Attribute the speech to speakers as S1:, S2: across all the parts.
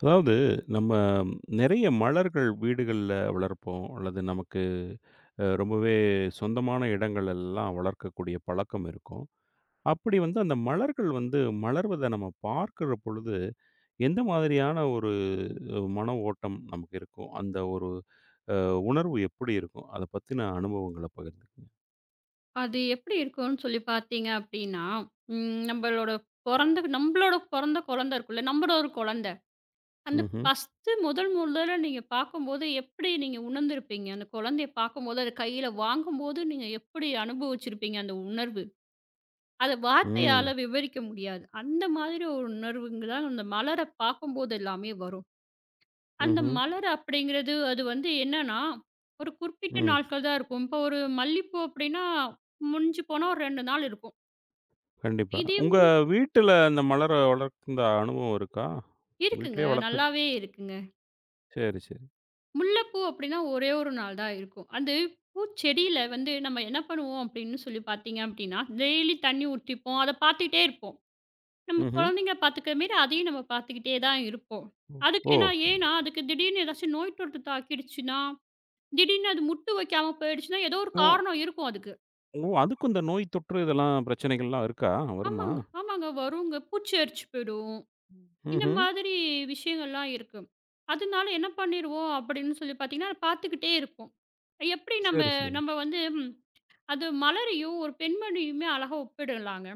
S1: அதாவது நம்ம நிறைய மலர்கள் வீடுகள்ல வளர்ப்போம். அல்லது நமக்கு ரொம்பவே சொந்தமான இடங்கள் எல்லாம் வளர்க்கக்கூடிய பழக்கம் இருக்கும். அப்படி வந்து அந்த மலர்கள் வந்து மலர்வத நம்ம பார்க்கிற பொழுது, எந்த மாதிரியான ஒரு மன ஓட்டம் நமக்கு இருக்கும்? அந்த ஒரு உணர்வு எப்படி இருக்கும்? அத பத்தின அனுபவங்கள பகிர்ந்துக்கங்க.
S2: அது எப்படி இருக்கும்னு சொல்லி பார்த்தீங்க அப்படின்னா, ம் நம்மளோட நம்மளோட பொறந்த குழந்தை இருக்குல்ல, நம்மளோட ஒரு குழந்தை. அந்த
S1: ம்ஹ்ம்.
S2: ஃபர்ஸ்ட்டு முதல் முதல்ல நீங்க பார்க்கும்போது எப்படி நீங்க உணர்ந்திருப்பீங்க? அந்த குழந்தைய பார்க்கும்போது, அத கையில வாங்கும்போது நீங்க எப்படி அனுபவிச்சிருப்பீங்க அந்த உணர்வு? அத
S1: ம்.
S2: வார்த்தையால விவரிக்க முடியாது. அந்த மாதிரி ஒரு உணர்வுங்க தான் அந்த மலர பார்க்கும்போது எல்லாமே வரும். அந்த
S1: ம்ஹ்ம்.
S2: மலர் அப்படிங்கிறது அது வந்து என்னன்னா, ஒரு குறிப்பிட்ட
S1: ம்.
S2: நாட்கள் தான் இருக்கும். இப்போ ஒரு மல்லிப்பூ அப்படின்னா முடிஞ்சு போனா ஒரு 2 நாள் இருக்கும்.
S1: கண்டிப்பா.
S2: இதே
S1: உங்க வீட்டுல அந்த மலர வளர்ந்த அனுபவம் இருக்கா?
S2: இருக்குங்க.
S1: வீட்லயே வளர்த்து
S2: நல்லாவே இருக்குங்க.
S1: சரி, சரி.
S2: முல்லைப்பூ அப்படின்னா ஒரே 1 நாள் தான் இருக்கும். அது பூச்செடியில வந்து நம்ம என்ன பண்ணுவோம் அப்படின்னு சொல்லி பார்த்தீங்க அப்படின்னா, டெய்லி தண்ணி ஊத்திப்போம். அத பார்த்துக்கிட்டே இருப்போம். நம்ம
S1: ம்ஹ்ம்.
S2: குழந்தைங்கள பார்த்துக்கிற மாரி அதையும் நம்ம பார்த்துக்கிட்டே தான் இருப்போம். அதுக்கு
S1: ஓ!
S2: ஏன்னா ஏன்னா அதுக்கு திடீர்னு ஏதாச்சும் நோய் தொற்று தாக்கிடுச்சுன்னா, திடீர்னு அது முட்டு வைக்காம போயிடுச்சுன்னா, ஏதோ ஒரு
S1: ஓ!
S2: காரணம் இருக்கும் அதுக்கு.
S1: ஓ! அதுக்கும் இந்த நோய் தொற்று இதெல்லாம் பிரச்சனைகள்லாம் இருக்கா? வருமா?
S2: ஆமாங்க, ஆமாங்க. வருங்க. பூச்சி அரிச்சு போயிடும். இந்த
S1: ம்ஹ்ம்.
S2: மாதிரி விஷயங்கள்லாம் இருக்கு. அதனால என்ன பண்ணிருவோம் அப்படின்னு சொல்லி பார்த்தீங்கன்னா, பார்த்துக்கிட்டே இருப்போம். எப்படி நம்ப
S1: சரி, சரி.
S2: நம்ப வந்து அது மலரையும் ஒரு பெண்மணியுமே அழகா ஒப்பிடலாங்க.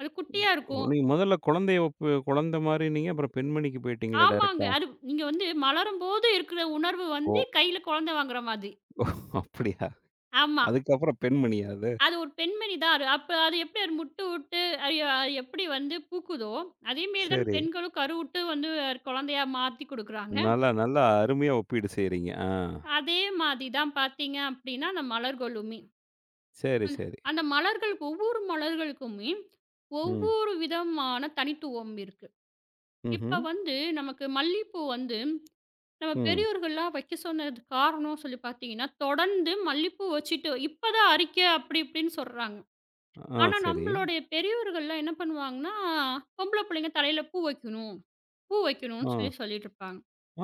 S2: அது குட்டியா
S1: ஓ!
S2: இருக்கும்.
S1: நீங்க முதல்ல குழந்தைய ஒப்பு குழந்தை மாறினீங்க. அப்புறம் பெண்மணிக்கு போயிட்டீங்களே
S2: ஆமாங்க.
S1: டைரக்ட்டா.
S2: அது நீங்க வந்து மலரும்போது இருக்கிற உணர்வு
S1: ஓ!
S2: வந்து கையில குழந்தை வாங்குற மாதிரி.
S1: ஓ அப்படியா?
S2: ஆமா.
S1: அதுக்கப்புறம் பெண்மணியா அது?
S2: அது ஒரு பெண்மணி தான் அது. அப்ப அது எப்படி அது முட்டு விட்டு அது அது எப்படி வந்து பூக்குதோ, அதே மாரி தான
S1: சரி.
S2: பெண்களும் கருவுட்டு வந்து குழந்தையா மாத்தி குடுக்குறாங்க.
S1: நல்லா, நல்லா அருமையா ஒப்பீடு செய்றீங்க. ஆ.
S2: அதே மாதிரி தான் பார்த்தீங்க அப்படின்னா, அந்த மலர்களுமே.
S1: சரி,
S2: அந்த
S1: சரி.
S2: அந்த மலர்கள் ஒவ்வொரு மலர்களுக்குமே
S1: ம்.
S2: ஒவ்வொரு விதமான தனித்துவம் இருக்கு.
S1: ம்ஹ்ம்.
S2: இப்ப வந்து நமக்கு மல்லிப்பூ வந்து நம்ம
S1: ம்.
S2: பெரியோர்கள்லாம் வைக்க சொன்னது காரணம் சொல்லி பார்த்தீங்கன்னா, தொடர்ந்து மல்லிப்பூ வச்சுட்டு இப்பதான் அரிக்க அப்படி இப்படின்னு சொல்றாங்க.
S1: ஆ
S2: ஆனா
S1: சரி.
S2: நம்மளுடைய பெரியோர்கள்லாம் என்ன பண்ணுவாங்கன்னா, பொம்பள பிள்ளைங்க தலையில பூ வைக்கணும், பூ வைக்கணும்னு
S1: ஆ.
S2: சொல்லி சொல்லிட்டு இருப்பாங்க.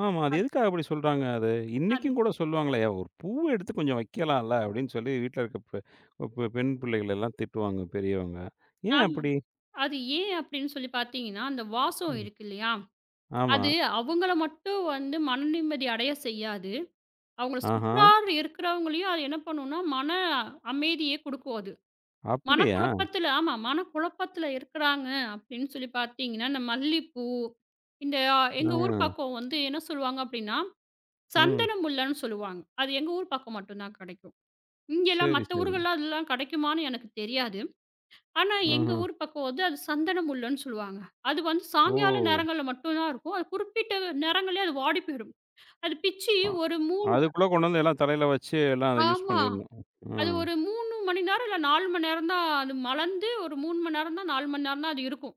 S1: ஆமா. அது
S2: அது
S1: எதுக்காக அப்படி சொல்றாங்க? அது
S2: அது
S1: இன்னைக்கும் கூட சொல்லுவாங்களே, "ஒரு பூவ எடுத்து கொஞ்சம் வைக்கலாம்ல" அப்படின்னு சொல்லி வீட்ல இருக்க பெ பெ பெண் பிள்ளைகள் எல்லாம் திட்டுவாங்க பெரியவங்க. ஏன்
S2: ஆமா.
S1: அப்படி?
S2: அது ஏன் அப்படின்னு சொல்லி பார்த்தீங்கன்னா, அந்த வாசம்
S1: ம்.
S2: இருக்கு இல்லையா?
S1: ஆமா.
S2: அது அவங்கள மட்டும் வந்து மன நிம்மதி அடைய செய்யாது. அவங்கள
S1: ஆஹா.
S2: சுற்றார் இருக்கிறவங்களையும் அது என்ன பண்ணும்னா, மன அமைதிய குடுக்கும் அது.
S1: அப்படியா?
S2: மனக்குழப்பத்தில ஆமா மனக்குழப்பத்தில இருக்கிறாங்க அப்படின்னு சொல்லி பார்த்தீங்கன்னா, இந்த மல்லிப்பூ, இந்த
S1: ஆ.
S2: எங்க ஊர் பக்கம் வந்து என்ன சொல்லுவாங்க அப்படின்னா,
S1: ம்.
S2: சந்தன முல்லன்னு சொல்லுவாங்க. அது எங்க ஊர் பக்கம் மட்டும் தான் கெடைக்கும். இங்கலாம்
S1: சரி,
S2: மத்த
S1: சரி.
S2: ஊர்கள்லாம் அதெல்லாம் கெடைக்குமான்னு எனக்கு தெரியாது. ஆனா எங்க
S1: ம்ஹ்ம்.
S2: ஊர் பக்கம் வந்து அது சந்தன முல்லுன்னு சொல்லுவாங்க. அது வந்து
S1: ஓ!
S2: சாயங்கால நேரங்கள்ல மட்டும் தான் இருக்கும். அது குறிப்பிட்ட நேரங்களே அது வாடி போயிடும். அது பிச்சு
S1: அ
S2: ஒரு 3
S1: அதுக்குள்ள கொண்டு வந்து எல்லாம் தலையில வச்சு எல்லாம் அத யூஸ்
S2: ஆமா.
S1: பண்ணிரணும்.
S2: அது
S1: ம்.
S2: ஒரு 3 மணி நேரம், இல்ல 4 மணி நேரம் தான் அது மலர்ந்து ஒரு 3 மணி நேரம் தான் 4 மணி நேரம் தான் அது இருக்கும்.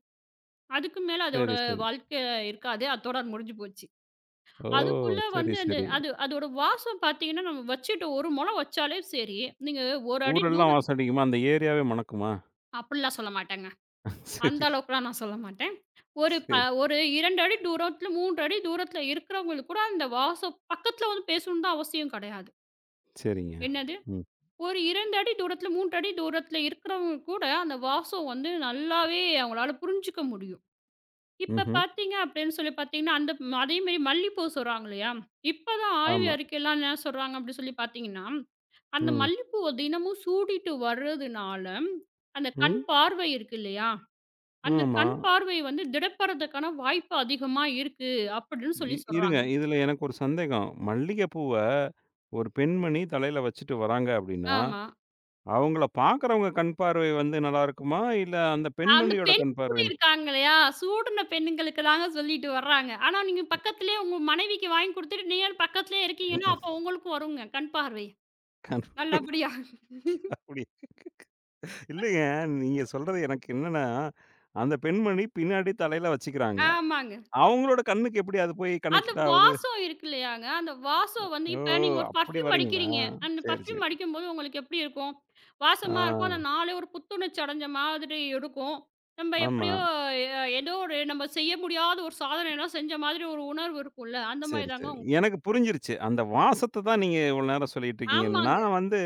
S2: அதுக்கு மேல அதோட
S1: சரி, சரி.
S2: வாழ்க்கை இருக்காது. அத்தோட அது முடிஞ்சு போச்சு.
S1: ஓ!
S2: அதுக்குள்ள
S1: சரி,
S2: வந்து அந்த
S1: சரி.
S2: அது அதோட வாசம் பார்த்தீங்கன்னா, நம்ம வச்சுட்டு 1 மொழம் வச்சாலே சரி, நீங்க 1 அடி
S1: ஊரெல்லாம்
S2: தூரம்
S1: வாசம் அடிக்குமா? அந்த ஏரியாவே மணக்குமா?
S2: அப்படிலாம் சொல்ல மாட்டேங்க. அந்த
S1: சரி,
S2: அளவுக்குலாம் நான் சொல்ல மாட்டேன். ஒரு ப
S1: சரி.
S2: ஒரு 2 அடி தூரத்தில, 3 அடி தூரத்தில இருக்கிறவங்களுக்கு கூட அந்த வாசம் பக்கத்தில வந்து பேசணும்னு தான் அவசியம் கிடையாது.
S1: சரிங்க.
S2: என்ன
S1: ம்.
S2: ஒரு 2 அடி தூரத்தில, 3 அடி தூரத்தில இருக்கிறவங்க கூட, அந்த வாசம் வந்து நல்லாவே அவங்களால புரிஞ்சுக்க முடியும். இப்ப
S1: ம்ஹ்ம்.
S2: பார்த்தீங்க அப்படின்னு சொல்லி பார்த்தீங்கன்னா, அதேமாரி மல்லிப்பூ சொல்றாங்க இல்லையா? இப்பதான் ஆய்வு
S1: ஆமா.
S2: அறிக்கைலாம் என்ன சொல்றாங்க அப்படின்னு சொல்லி பார்த்தீங்கன்னா, அந்த
S1: ம்.
S2: மல்லிப்பூவ தினமும் சூடிட்டு வர்றதுனால, அந்த கண்
S1: ம்.
S2: பார்வை இருக்கு இல்லையா? அந்த
S1: ஆமா.
S2: கண் பார்வை வந்து திடப்படுறதுக்கான வாய்ப்பு அதிகமா இருக்கு அப்படின்னு சொல்லி
S1: இருங்க.
S2: சொல்றாங்க.
S1: இதுல எனக்கு ஒரு சந்தேகம். மல்லிகைப்பூவ ஒரு பெண்மணி தலையில வச்சுட்டு வராங்க அப்படின்னா,
S2: ஆமா.
S1: அவங்கள பார்க்கிறவங்க கண் பார்வை வந்து நல்லா இருக்குமா? இல்ல அந்த
S2: அந்த
S1: பெண்மணியோட
S2: பெண்
S1: கண்
S2: கூட
S1: பார்வை
S2: இருக்காங்க இல்லையா? சூடுன பெண்ணுங்களுக்கு தாங்க சொல்லிட்டு வர்றாங்க. ஆனா நீங்க பக்கத்திலேயே உங்க மனைவிக்கு வாங்கி குடுத்துட்டு நீங்க பக்கத்திலேயே இருக்கீங்கன்னா, அப்போ உங்களுக்கு வருங்க கண் பார்வை.
S1: கண்
S2: நல்லபடியா.
S1: அப்படி இல்லைங்க. நீங்க சொல்றது எனக்கு என்னன்னா, அந்த பெண்மணி பின்னாடி தலையில வச்சுக்கிறாங்க.
S2: ஆமாங்க.
S1: அவங்களோட கண்ணுக்கு எப்படி அது போய்
S2: அந்த
S1: கனெக்ட் ஆவுது?
S2: வாசம் இருக்கு இல்லையாங்க? அந்த வாசம் வந்து
S1: ஓ!
S2: இப்ப நீங்க ஒரு
S1: அப்படி
S2: பெர்ஃப்யூம்
S1: வர்றீங்களா?
S2: அடிக்கிறீங்க. அந்த
S1: சரி, சரி.
S2: பெர்ஃப்யூம் அடிக்கும்போது உங்களுக்கு எப்படி இருக்கும்? வாசமா இருக்கும்.
S1: ஆ.
S2: அந்த நாளே ஒரு புத்துணர்ச்சி அடைஞ்ச மாதிரி இருக்கும். நம்ம
S1: ஆமா.
S2: எப்படியோ ஏதோ ஒரு நம்ம செய்ய முடியாத ஒரு சாதனைலாம் செஞ்ச மாதிரி ஒரு உணர்வு இருக்கும்ல. அந்த மாரி
S1: சரி,
S2: தாங்க
S1: சரி.
S2: உங்க
S1: எனக்கு புரிஞ்சிருச்சு. அந்த வாசத்த தான் நீங்க இவ்வளோ நேரம் சொல்லிட்டு இருக்கீங்க.
S2: ஆமாங்க.
S1: நான் வந்து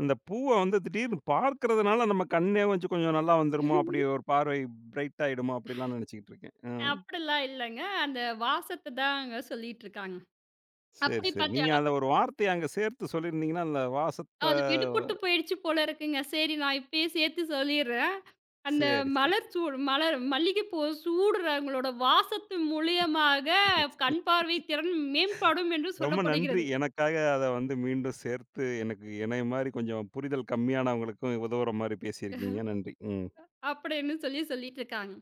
S1: அந்த பூவ வந்து திடீர்னு பார்க்கிறதுனால நம்ம கண்ணே கொஞ்சம் கொஞ்சம் நல்லா வந்துருமோ! அப்படி ஒரு பார்வை பிரைட் ஆயிடுமோ! அப்படிலாம் நினச்சுக்கிட்டு இருக்கேன். ம்.
S2: அப்படிலாம் இல்லங்க. அந்த வாசத்த தாங்க சொல்லிட்டுருக்காங்க.
S1: சரி,
S2: அப்படி
S1: சரி.
S2: பார்த்தா
S1: நீங்க அந்த ஒரு வார்த்தைய அங்க சேர்த்து சொல்லியிருந்தீங்கன்னா, அந்த வாசத்த
S2: அது விடுபட்டு போயிடுச்சு போல இருக்குங்க. சரி, நான் இப்பயே சேர்த்து சொல்லிர்றேன். அந்த
S1: சரி, சரி.
S2: மலர் சூடு மலர் மல்லிகைப்பூ சூடுறவங்களோட வாசத்து மூலியமாக கண் பார்வை திறன் மேம்படும் என்று
S1: ரொம்ப நன்றி.
S2: சொல்லப்படுகிறது.
S1: எனக்காக அத வந்து மீண்டும் சேர்த்து எனக்கு என்னைய மாரி கொஞ்சம் புரிதல் கம்மியானவங்களுக்கும் உதவுற மாரி பேசியிருக்கீங்க. நன்றி. ம்.
S2: அப்படின்னு சொல்லி சொல்லிட்டுருக்காங்க.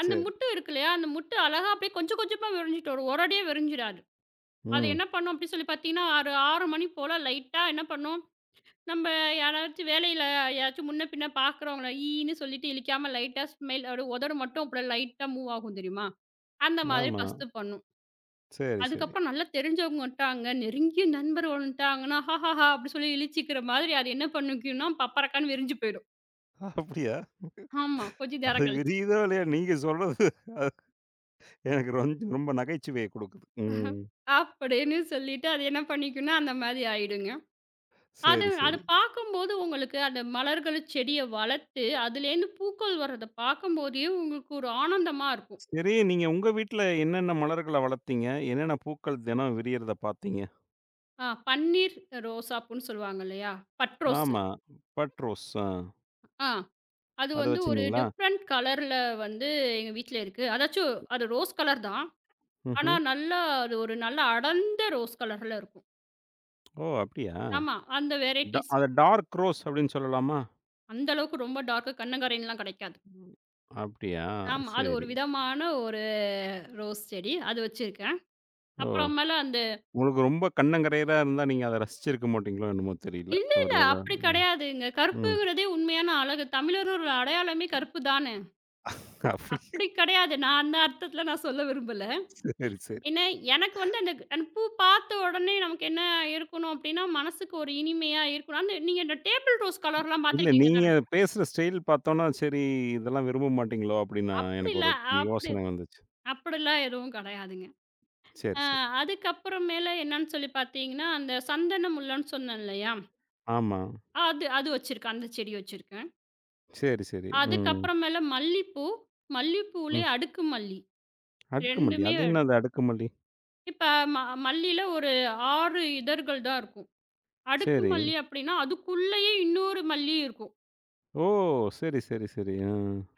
S2: அந்த
S1: சரி.
S2: முட்டு இருக்கு இல்லையா? அந்த முட்டு அழகா அப்படியே கொஞ்சம் கொஞ்சமா விரிஞ்சிட்டு வரும். ஒரடியா விரிஞ்சிடாது. அது
S1: ம்.
S2: என்ன பண்ணும் அப்படி சொல்லி பார்த்தீங்கன்னா, ஒரு 6 மணி போல லைட்டா என்ன பண்ணும்? நம்ம யாராச்சும் வேலையில யாராச்சும் முன்ன பின்ன பார்க்குறவங்கள ஈன்னு சொல்லிட்டு இழுக்காம லைட்டா ஸ்மெல் அப்படியே உதடு மட்டும் அப்படியே லைட்டா மூவ் ஆகும் தெரியுமா? அந்த மாதிரி
S1: ஆமா.
S2: ஃபர்ஸ்ட்டு பண்ணும்.
S1: சரி, சரி.
S2: அதுக்கப்புறம் நல்லா தெரிஞ்சவங்க வந்துட்டாங்க, நெருங்கிய நண்பர் வந்துட்டாங்கன்னா, ஹஹஹா! அப்படி சொல்லி இழிச்சிக்கிற மாதிரி அது என்ன பண்ணிக்கும்னா, பப்பரக்கான்னு விரிஞ்சு போயிடும்.
S1: அப்படியா?
S2: ஆமா, கொஞ்சம்
S1: அது
S2: நேரம் கழிச்சு.
S1: விரியுதோ இல்லையோ, நீங்க சொல்றது எனக்கு ரொம்ப நகைச்சுவையை குடுக்குது. ம்.
S2: அப்படின்னு சொல்லிட்டு அது என்ன பண்ணிக்கும்னா, அந்த மாதிரி ஆயிடுங்க. அது
S1: சரி,
S2: அது
S1: சரி.
S2: பார்க்கும்போது உங்களுக்கு அந்த மலர்கள், செடிய வளர்த்து அதுலேருந்து பூக்கள் வர்றத பார்க்கும்போதே உங்களுக்கு ஒரு ஆனந்தமா இருக்கும்.
S1: சரி, நீங்க உங்க வீட்ல என்னென்ன மலர்கள வளர்த்தீங்க? என்னென்ன பூக்கள் தினம் விரியறத பார்த்தீங்க?
S2: பன்னீர் ரோசாப்பூன்னு சொல்லுவாங்க இல்லையா? But rose.
S1: ஆமா. But rose. ஆ.
S2: ஆ அது
S1: அத
S2: வந்து ஒரு
S1: வச்சிருந்தீங்களா?
S2: டிஃப்ரெண்ட் கலர்ல வந்து எங்க வீட்ல இருக்கு. அதாச்சும் அது ரோஸ் கலர் தான். ஆனா
S1: ம்ஹ்ம்.
S2: நல்லா அது ஒரு நல்ல அடர்ந்த ரோஸ் கலர்ல இருக்கும்.
S1: ஓ! அப்படியா?
S2: ஆமா. அந்த வெரைட்டீஸ்.
S1: அத டார்க் ரோஸ் அப்படின்னு சொல்லலாமா?
S2: அந்த அளவுக்கு ரொம்ப டார்க்கு கண்ணங்கரைன்லாம் கிடைக்காது.
S1: ம். அப்படியா?
S2: ஆமா. அது ஒரு
S1: சரி.
S2: விதமான ஒரு ரோஸ் செடி. அது வச்சிருக்கேன்.
S1: ஓ!
S2: அப்புறமேல அந்த
S1: உங்களுக்கு ரொம்ப கண்ணங்கரையரா இருந்தா, நீங்க அத ரசிச்சிருக்க மாட்டீங்களோ என்னமோ தெரியல.
S2: இல்ல, இல்ல.
S1: ஒருவேள
S2: அப்படி
S1: ம்.
S2: கிடையாதுங்க.
S1: ம்.
S2: கருப்புங்கிறதே உண்மையான அழகு. தமிழரோட அடையாளமே கருப்பு தானே!
S1: அப்படி
S2: அப்படி கிடையாது. நான் அந்த அர்த்தத்தில நான் சொல்ல விரும்பல.
S1: சரி, சரி.
S2: என்ன எனக்கு வந்து அந்த அந்த பூ பார்த்த உடனே நமக்கு என்ன இருக்கணும் அப்டின்னா, மனசுக்கு ஒரு இனிமையா இருக்கணும். அந்த நீங்க இந்த டேபிள் ரோஸ் கலர்லாம்
S1: இல்ல
S2: பார்த்துருக்கீங்க
S1: நீங்க
S2: தானே?
S1: பேசுற ஸ்டைல் பார்த்தோன்னா, சரி இதெல்லாம் விரும்ப மாட்டீங்களோ! அப்டின்னு நான் எனக்கு ஒரு
S2: அப்படிலாம் அப்படி
S1: யோசனை வந்துச்சு.
S2: அப்படிலாம் எதுவும் கெடையாதுங்க.
S1: சரி,
S2: அ
S1: சரி.
S2: அதுக்கப்புறம் மேல என்னன்னு சொல்லி பார்த்தீங்கன்னா, அந்த சந்தன முல்லன்னு சொன்னேன் இல்லையா?
S1: ஆமா.
S2: அது அது வச்சிருக்கேன். அந்த செடி வச்சிருக்கேன்.
S1: சரி, சரி. ம்.
S2: அதுக்கப்புறமேல மல்லிப்பூ,
S1: ம்.
S2: மல்லிப்பூலயே அடுக்கு மல்லி.
S1: அடுக்குமல்லி.
S2: 2மே
S1: அது என்னது அடுக்குமல்லி?
S2: இப்ப ம மல்லியில ஒரு 6 இதழ்கள் தான் இருக்கும். அடுக்கு
S1: சரி.
S2: மல்லி அப்படின்னா, அதுக்குள்ளேயே இன்னொரு மல்லி இருக்கும்.
S1: ஓ! சரி, சரி, சரி. ஆ.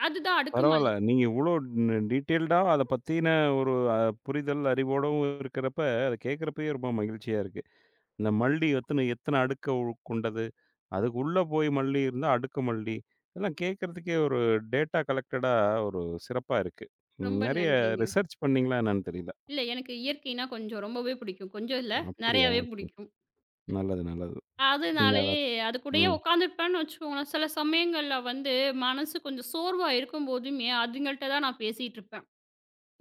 S2: அதுதான்
S1: பரவால்ல.
S2: அடுக்குமாலி.
S1: நீங்க இவ்ளோ டீட்டெயில்டா அத பத்தின ஒரு புரிதல், அறிவோடவும் இருக்கிறப்ப, அத கேட்கிறப்பயே ரொம்ப மகிழ்ச்சியா இருக்கு. இந்த மல்லி எத்தன எத்தன அடுக்க கொண்டது? அதுக்கு உள்ள போய் மல்லி இருந்தா, அடுக்கு மல்லி. இதெல்லாம் கேட்கறதுக்கே ஒரு டேட்டா கலெக்டடா ஒரு சிறப்பா இருக்கு.
S2: ரொம்ப
S1: நெறைய
S2: நன்றிங்க.
S1: ரிசர்ச் பண்ணீங்களா என்னன்னு தெரியல.
S2: இல்ல எனக்கு இயற்கைனா கொஞ்சம் ரொம்பவே பிடிக்கும். கொஞ்சம் இல்ல,
S1: அப்படியா?
S2: நெறையாவே
S1: சரி.
S2: பிடிக்கும்.
S1: நல்லது, நல்லது. நீங்க அத
S2: அதனாலயே அது கூடயே
S1: ம்.
S2: உட்காந்துருப்பேன்னு வச்சுக்கோங்களேன், சில சமயங்கள்ல வந்து மனசு கொஞ்சம் சோர்வா இருக்கும்போதுமே, அதுங்கள்ட்ட தான் நான் பேசிட்டு இருப்பேன்.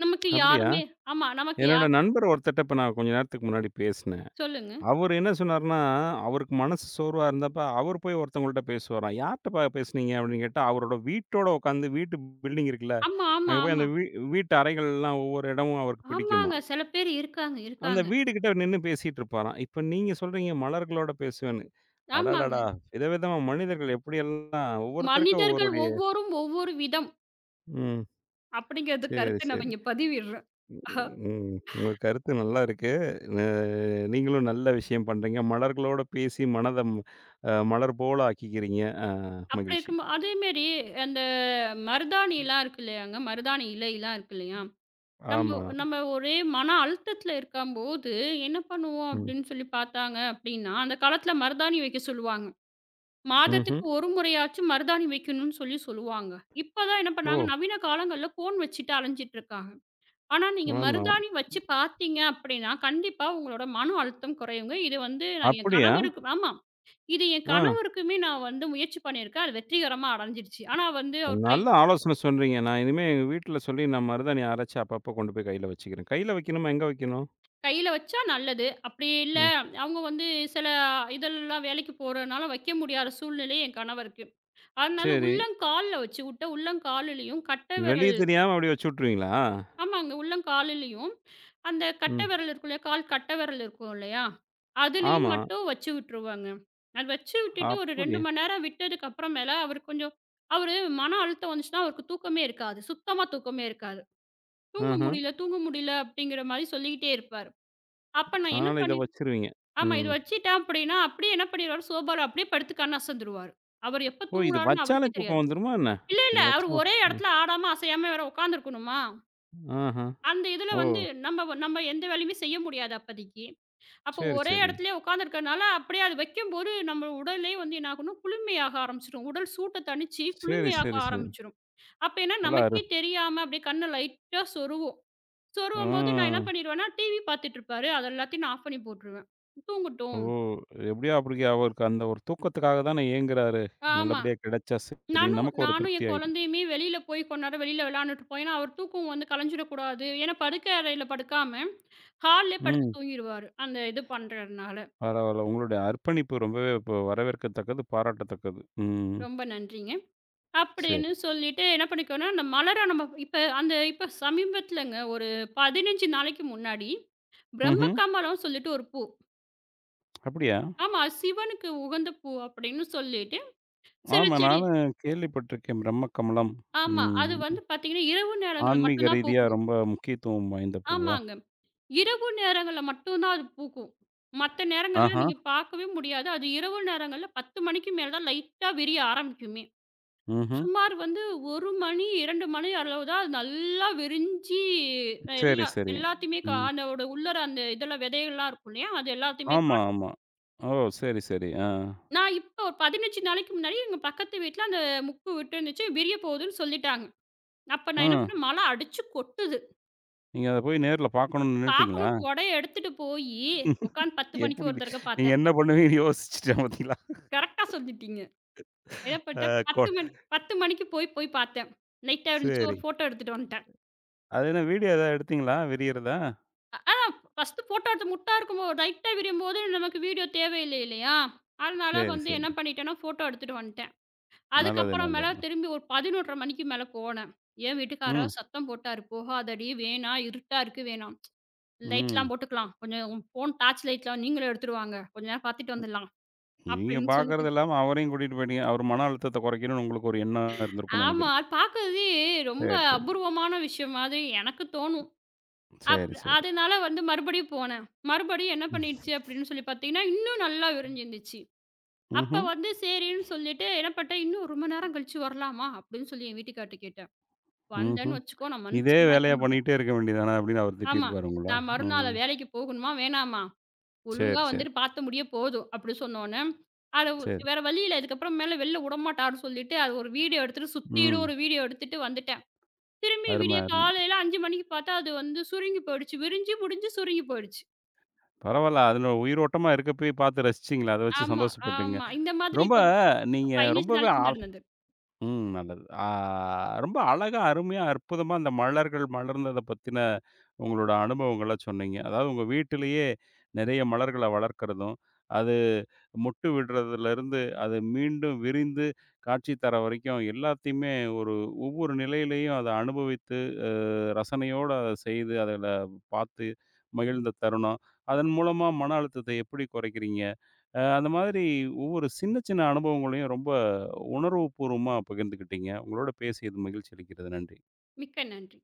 S2: நமக்கு
S1: அப்படியா?
S2: யாருமே ஆமா, நமக்கு
S1: என்னோட
S2: யார்
S1: நண்பர் ஒருத்தர்ட்ட இப்ப நான் கொஞ்ச நேரத்துக்கு முன்னாடி பேசினேன்.
S2: சொல்லுங்க.
S1: அவரு என்ன சொன்னாருன்னா, அவருக்கு மனசு சோர்வா இருந்தப்ப அவரு போய் ஒருத்தவங்கள்ட்ட பேசுவாராம். "யார்ட்டப்பா பேசுனீங்க?" அப்படின்னு கேட்டா, அவரோட வீட்டோட உட்காந்து வீட்டு பில்டிங் இருக்குல்ல,
S2: ஆமா, ஆமா,
S1: அங்க போய்
S2: ஆமா.
S1: அந்த வீட்டு அறைகள்லாம் ஒவ்வொரு இடமும் அவருக்கு பிடிக்குமாம்.
S2: ஆமாங்க. சில பேர் இருக்காங்க,
S1: அந்த
S2: இருக்காங்க.
S1: வீடு கிட்ட நின்னு பேசிட்டு இருப்பாராம். இப்ப நீங்க சொல்றீங்க மலர்களோட பேசுவேன்னு.
S2: ஆமாங்க.
S1: அடடடா! விதவிதமா மனிதர்கள் எப்படியெல்லாம் ஒவ்வொருத்தருக்கும்
S2: மனிதர்கள்
S1: ஒவ்வொருடைய
S2: ஒவ்வொரும் ஒவ்வொரு விதம்
S1: ம்.
S2: அப்படிங்கிறது
S1: சரி,
S2: கருத்து நம்ம
S1: சரி.
S2: இங்க பதிவிடுறோம்.
S1: ம். உங்க கருத்து நல்லா இருக்கு. அ நீங்களும் நல்ல விஷயம் பண்றீங்க. மலர்களோட பேசி மனத ம் அ மலர் போல ஆக்கிக்கிறீங்க. அ
S2: அப்படி
S1: மகிழ்ச்சி.
S2: இருக்கும் அதேமாரி அந்த மருதாணிலாம் இருக்கு இல்லையாங்க, மருதாணி இலைலாம் இருக்கு இல்லையா? நம்ம
S1: ஆமா.
S2: நம்ம ஒரே மன அழுத்தத்தில இருக்கம்போது என்ன பண்ணுவோம்
S1: ம்.
S2: அப்படின்னு சொல்லி பார்த்தாங்க அப்படின்னா, அந்த காலத்தில மருதாணி வைக்க சொல்லுவாங்க.
S1: ம்ஹ்ம்.
S2: மாதத்துக்கு ஒரு முறையாச்சும் மருதாணி வைக்கணும்னு சொல்லி சொல்லுவாங்க. இப்ப தான் என்ன பண்ணாங்க,
S1: ஓ!
S2: நவீன காலங்கள்ல ஃபோன் வச்சுட்டு அலைஞ்சிட்டு இருக்காங்க. ஆனா, நீங்க
S1: ஆமா.
S2: மருதாணி வச்சு பார்த்தீங்க அப்படின்னா, கண்டிப்பா உங்களோட மன அழுத்தம் குறையுங்க. இது வந்து நான் என்
S1: அப்படியா?
S2: கணவருக்கு ஆமா. இது என்
S1: ஆ.
S2: கணவருக்குமே நான் வந்து முயற்சி பண்ணியிருக்கேன். அது வெற்றிகரமா அடைஞ்சிடுச்சு. ஆனா வந்து அவர் கை
S1: நல்ல ஆலோசனை சொல்றீங்க. நான் இனிமே எங்க வீட்ல சொல்லி நான் மருதாணி அரைச்சு அப்பப்போ கொண்டு போய் கையில வச்சுக்கிறேன். கையில வைக்கணுமா? எங்க வைக்கணும்?
S2: கையில வச்சா நல்லது. அப்படி இல்ல,
S1: ம்.
S2: அவங்க வந்து சில இதெல்லாம் வேலைக்கு போறதுனால வைக்க முடியாத சூழ்நிலை என் கணவருக்கு. அதனால
S1: சரி.
S2: உள்ளங்கால்ல வச்சு விட்டு, உள்ளங்கால்லையும் கட்டை
S1: வெளிய
S2: விரல்
S1: தெரியாம அப்படி வச்சு விட்டுருவீங்களா?
S2: ஆமாங்க. உள்ளங்கால்லிலயும் அந்த கட்டை
S1: ம்.
S2: விரல் இருக்கும் இல்லையா? கால் கட்டை விரல் இருக்கும் இல்லையா? அதுலயும்
S1: ஆமா.
S2: மட்டும் வச்சு விட்டுருவாங்க. அது வச்சு விட்டுட்டு ஒரு 2
S1: அப்படியா?
S2: மணி நேரம் விட்டதுக்கு அப்புறமேல அவரு கொஞ்சம் அவரு மன அழுத்தம் வந்துச்சுன்னா, அவருக்கு தூக்கமே இருக்காது. சுத்தமா தூக்கமே இருக்காது. "தூங்க
S1: ம்ஹ்ம்.
S2: முடியல, தூங்க முடியல" அப்படிங்கிற மாரி சொல்லிக்கிட்டே இருப்பாரு. அப்ப நான் என்ன
S1: அதனால இத
S2: பண்ணி
S1: வச்சுருவீங்க.
S2: ஆமா. இது
S1: ம்.
S2: வச்சுட்டேன் அப்படின்னா, அப்படியே என்ன பண்ணிருவாரு, சோபால அப்படியே படுத்து கண்ணு அசந்துருவாரு. அவரு எப்ப
S1: ஓ! இது
S2: தூங்குனாருன்னு
S1: வச்சாலே
S2: அவருக்கே
S1: தூக்கம்
S2: தெரியாது.
S1: வந்துருமா என்ன?
S2: இல்ல, இல்ல.
S1: இது
S2: அவரு
S1: வச்சா
S2: ஒரே
S1: ம்.
S2: இடத்துல ஆடாம, அசையாம வேற உட்காந்துருக்கணுமா?
S1: ஆஹ.
S2: அந்த இதுல
S1: ஓ!
S2: வந்து நம்ம வ நம்ம எந்த வேலையுமே செய்ய முடியாது அப்பதைக்கு. அப்போ
S1: சரி,
S2: ஒரே
S1: சரி.
S2: இடத்துலயே உட்காந்துருக்கனால, அப்படியே அது வைக்கும்போது நம்ம உடலே வந்து என்ன ஆகும்னா, குளுமையாக ஆரம்பிச்சுரும். உடல் சூட்ட தணிச்சு
S1: சரி,
S2: குளுமையாக
S1: சரி, சரி.
S2: ஆரம்பிச்சுரும். அப்ப ஏன்னா
S1: நல்லா அரு
S2: நமக்கே தெரியாம அப்படியே கண்ண லைட்டா சொருவும். சொருவும்போது நான் என்ன
S1: ம்.
S2: பண்ணிருவேன்னா, டிவி பார்த்துட்டு இருப்பாரு. அது எல்லாத்தையும் நான் ஆஃப் பண்ணி போட்டுருவேன்.
S1: ஓ!
S2: தூங்கட்டும்.
S1: எப்படியோ அப்படி அவருக்கு அந்த ஒரு தூக்கத்துக்காக தானே ஏங்குறாரு.
S2: ஆமா.
S1: நல்லபடியா கிடைச்சா சரி.
S2: நானும்
S1: நமக்கு ஒரு
S2: நானும்
S1: திருப்தி
S2: என்
S1: ஆயிடும்.
S2: குழந்தையுமே வெளியில போய் கொஞ்ச நேரம் வெளியில விளையாண்டுட்டு இருப்போம். ஏன்னா அவர் தூக்கம் வந்து கலைஞ்சிடக்கூடாது. ஏன்னா படுக்கை அறையில படுக்காம, ஹால்லே படுத்து
S1: ம்.
S2: தூங்கிருவாரு. அந்த இது பண்றதுனால.
S1: பரவால்ல. உங்களுடைய அர்ப்பணிப்பு ரொம்பவே இப்போ வரவேற்கத்தக்கது, பாராட்டத்தக்கது. ம்.
S2: ரொம்ப நன்றிங்க.
S1: சரி.
S2: அப்படின்னு சொல்லிட்டு என்ன பண்ணிக்கோன்னா, அந்த மலர நம்ம இப்ப சமீபத்துலங்க ஒரு 15 நாளைக்கு முன்னாடி, பிரம்ம
S1: ம்ஹ்ம்.
S2: கமலம் சொல்லிட்டு ஒரு பூ.
S1: அப்படியா?
S2: ஆமா, அது சிவனுக்கு உகந்த பூ அப்படின்னு சொல்லிட்டு சில
S1: ஆமா.
S2: செடி
S1: நானும் கேள்விப்பட்டிருக்கேன். பிரம்ம கமலம்.
S2: ஆமா. அது
S1: ம்.
S2: வந்து பார்த்தீங்கன்னா, இரவு நேரங்கள்ல
S1: ஆன்மீக
S2: மட்டும் தான்
S1: ரீதியா
S2: பூக்கும்.
S1: ரொம்ப முக்கியத்துவம் வாய்ந்த பூவா?
S2: ஆமாங்க. இரவு நேரங்கள்ல மட்டும் தான் அது பூக்கும். மத்த நேரங்கள்ல
S1: ஆஹா.
S2: நீங்க பார்க்கவே முடியாது. அது இரவு நேரங்கள்ல 10 மணிக்கு மேல தான் லைட்டா விரிய ஆரம்பிக்குமே!
S1: ம்ஹ்ம்.
S2: சுமார் வந்து 1 மணி, 2 மணி அளவு தான் அது நல்லா விரிஞ்சு
S1: சரி,
S2: எல்லா
S1: சரி.
S2: எல்லாத்தையுமே கா
S1: ம்.
S2: அதோட உள்ளார அந்த இதுல விதைகள்லாம் இருக்கும் இல்லையா? அது எல்லாத்தையுமே
S1: ஆமா,
S2: காட்டும்.
S1: ஆமா. ஓ! சரி, சரி. ஆ.
S2: நான் இப்போ ஒரு 15 நாளைக்கு முன்னாடி எங்க பக்கத்து வீட்ல அந்த முக்கு விட்டுருந்துச்சு, விரிய போகுதுன்னு சொல்லிட்டாங்க. அப்ப நான் என்ன
S1: ம்.
S2: பண்ணேன், மழை அடிச்சு கொட்டுது.
S1: நீங்க அத போய் நேர்ல பார்க்கணும்னு நின்னுட்டீங்களா?
S2: பார்க்கணும் கொடைய எடுத்துட்டு போயி உட்காந்து 10
S1: எப்படி
S2: மணிக்கு ஒரு
S1: நீ-
S2: தடவை
S1: நீங்க
S2: பார்த்தேன்.
S1: என்ன பண்ணுவீங்கன்னு யோசிச்சுட்டேன் பார்த்தீங்களா?
S2: கரெக்ட்டா சொல்லிட்டீங்க. என்ன
S1: அ
S2: பண்ணிட்டேன்,
S1: கொ
S2: 10 மணிக்கு போய் போய் பார்த்தேன். லைட்டா இருந்துச்சு.
S1: சரி.
S2: ஒரு ஃபோட்டோ எடுத்துட்டு வந்துட்டேன்.
S1: அது என்ன வீடியோ எதாவது எடுத்தீங்களா? விரியறதா?
S2: ஆனா ஃபர்ஸ்ட்டு ஃபோட்டோ எடுத்து முட்டா இருக்கும்போது லைட்டா விரியும்போது நமக்கு வீடியோ தேவையில்லை இல்லையா? அதனால
S1: சரி,
S2: வந்து
S1: சரி.
S2: என்ன பண்ணிட்டேன்னா, ஃபோட்டோ எடுத்துட்டு வந்துட்டேன்.
S1: நல்லது,
S2: அதுக்கப்புறம் மேல
S1: நல்லது.
S2: திரும்பி ஒரு 11:30 மணிக்கு மேல போனேன். என்
S1: ம்,
S2: வீட்டுக்காரர் சத்தம் போட்டாரு, "போகாதடி! வேணாம். இருட்டா இருக்கு. வேணாம்.
S1: ம்.
S2: லைட்லாம் போட்டுக்கலாம். கொஞ்சம் உன் ஃபோன் டார்ச் லைட்லாம் நீங்களும் எடுத்துட்டு வாங்க. கொஞ்ச நேரம் பார்த்துட்டு வந்துடலாம்."
S1: நீங்க
S2: அப்படின்னு சொல்லிட்டு
S1: பார்க்கறது இல்லாம அவரையும் கூட்டிட்டு போயிட்டீங்க. அவர் மன அழுத்தத்த குறைக்கணும்னு உங்களுக்கு ஒரு எண்ணம் இருந்திருக்கும்னு
S2: ஆமா.
S1: நெனைக்கிறேன்.
S2: அது பார்க்கறதே ரொம்ப
S1: சரி, சரி.
S2: அபூர்வமான விஷயம் மாதிரி எனக்கு தோணும். அப்
S1: சரி, சரி.
S2: அதனால வந்து மறுபடியும் போனேன். மறுபடியும் என்ன
S1: ம்.
S2: பண்ணிடுச்சு அப்படின்னு சொல்லி பார்த்தீங்கன்னா, இன்னும் நல்லா விரிஞ்சிருந்துச்சு. அப்ப
S1: ம்ஹ்ம்.
S2: வந்து சரின்னு சொல்லிட்டு என்ன பண்ணிட்டேன், "இன்னும் ரொம்ப நேரம் கழிச்சு வரலாமா?" அப்படின்னு சொல்லி என் வீட்டுக்கார்ட்ட கேட்டேன். வந்தேன்னு
S1: ம்ஹ்ம்.
S2: வச்சுக்கோ, நான்
S1: இதே
S2: மனுஷனா இருக்க
S1: வேலையா
S2: மாட்டேன்.
S1: பண்ணிட்டே இருக்க வேண்டியதானே அப்படின்னு அவர்
S2: ஆமா.
S1: திட்டியிருப்பாரு உங்களா?
S2: "நான் மறுநாள்
S1: ம்.
S2: வேலைக்கு போகணுமா, வேணாமா? ஒழுங்கா
S1: சரி, சரி,
S2: வந்துட்டு பார்த்து முடிய போதும்." அப்படி சொன்னோன்னே, அத ஒ
S1: சரி.
S2: வேற வழி இல்ல. இதுக்கப்புறம் மேல வெளில விடமாட்டாருன்னு சொல்லிட்டு, அது ஒரு வீடியோ எடுத்துட்டு, சுத்திலும்
S1: ம்.
S2: ஒரு வீடியோ எடுத்துட்டு வந்துட்டேன். திரும்பி
S1: அரும,
S2: விடிய
S1: அரும.
S2: காலையில 5 மணிக்கு பார்த்தா, அது வந்து சுருங்கி போயிடுச்சு. விரிஞ்சு, முடிஞ்சு சுருங்கி போயிடுச்சு.
S1: பரவால்ல. அதுல உயிரோட்டமா இருக்கப்பயே பார்த்து ரசிச்சீங்களே! அத வச்சு
S2: ஆமா,
S1: சந்தோஷப்பட்டுங்க.
S2: ஆமா. இந்த மாதிரி
S1: ரொம்ப
S2: இப்போ ஒரு
S1: நீங்க
S2: 15
S1: ரொம்பவே
S2: நாளைக்கு நடந்தது.
S1: ம். நல்லது. ஆ ரொம்ப அழகா, அருமையா, அற்புதமா அந்த மலர்கள் மலர்ந்தத பத்தின உங்களோட அனுபவங்கள சொன்னீங்க. அதாவது உங்க வீட்டிலேயே நெறைய மலர்கள வளர்க்கிறதும், அது மொட்டு விடுறதுலருந்து, அது மீண்டும் விரிந்து காட்சி தர வரைக்கும் எல்லாத்தையுமே ஒரு ஒவ்வொரு நிலையிலேயும் அத அனுபவித்து, அ ரசனையோட அத செய்து, அதுல பார்த்து மகிழ்ந்த தருணம், அதன் மூலமா மன அழுத்தத்த எப்படி குறைக்கிறீங்க? அந்த மாதிரி ஒவ்வொரு சின்ன, சின்ன அனுபவங்களையும் ரொம்ப உணர்வுபூர்வமா பகிர்ந்துக்கிட்டீங்க. உங்களோட பேசியது மகிழ்ச்சி அளிக்கிறது. நன்றி.
S2: மிக்க நன்றி.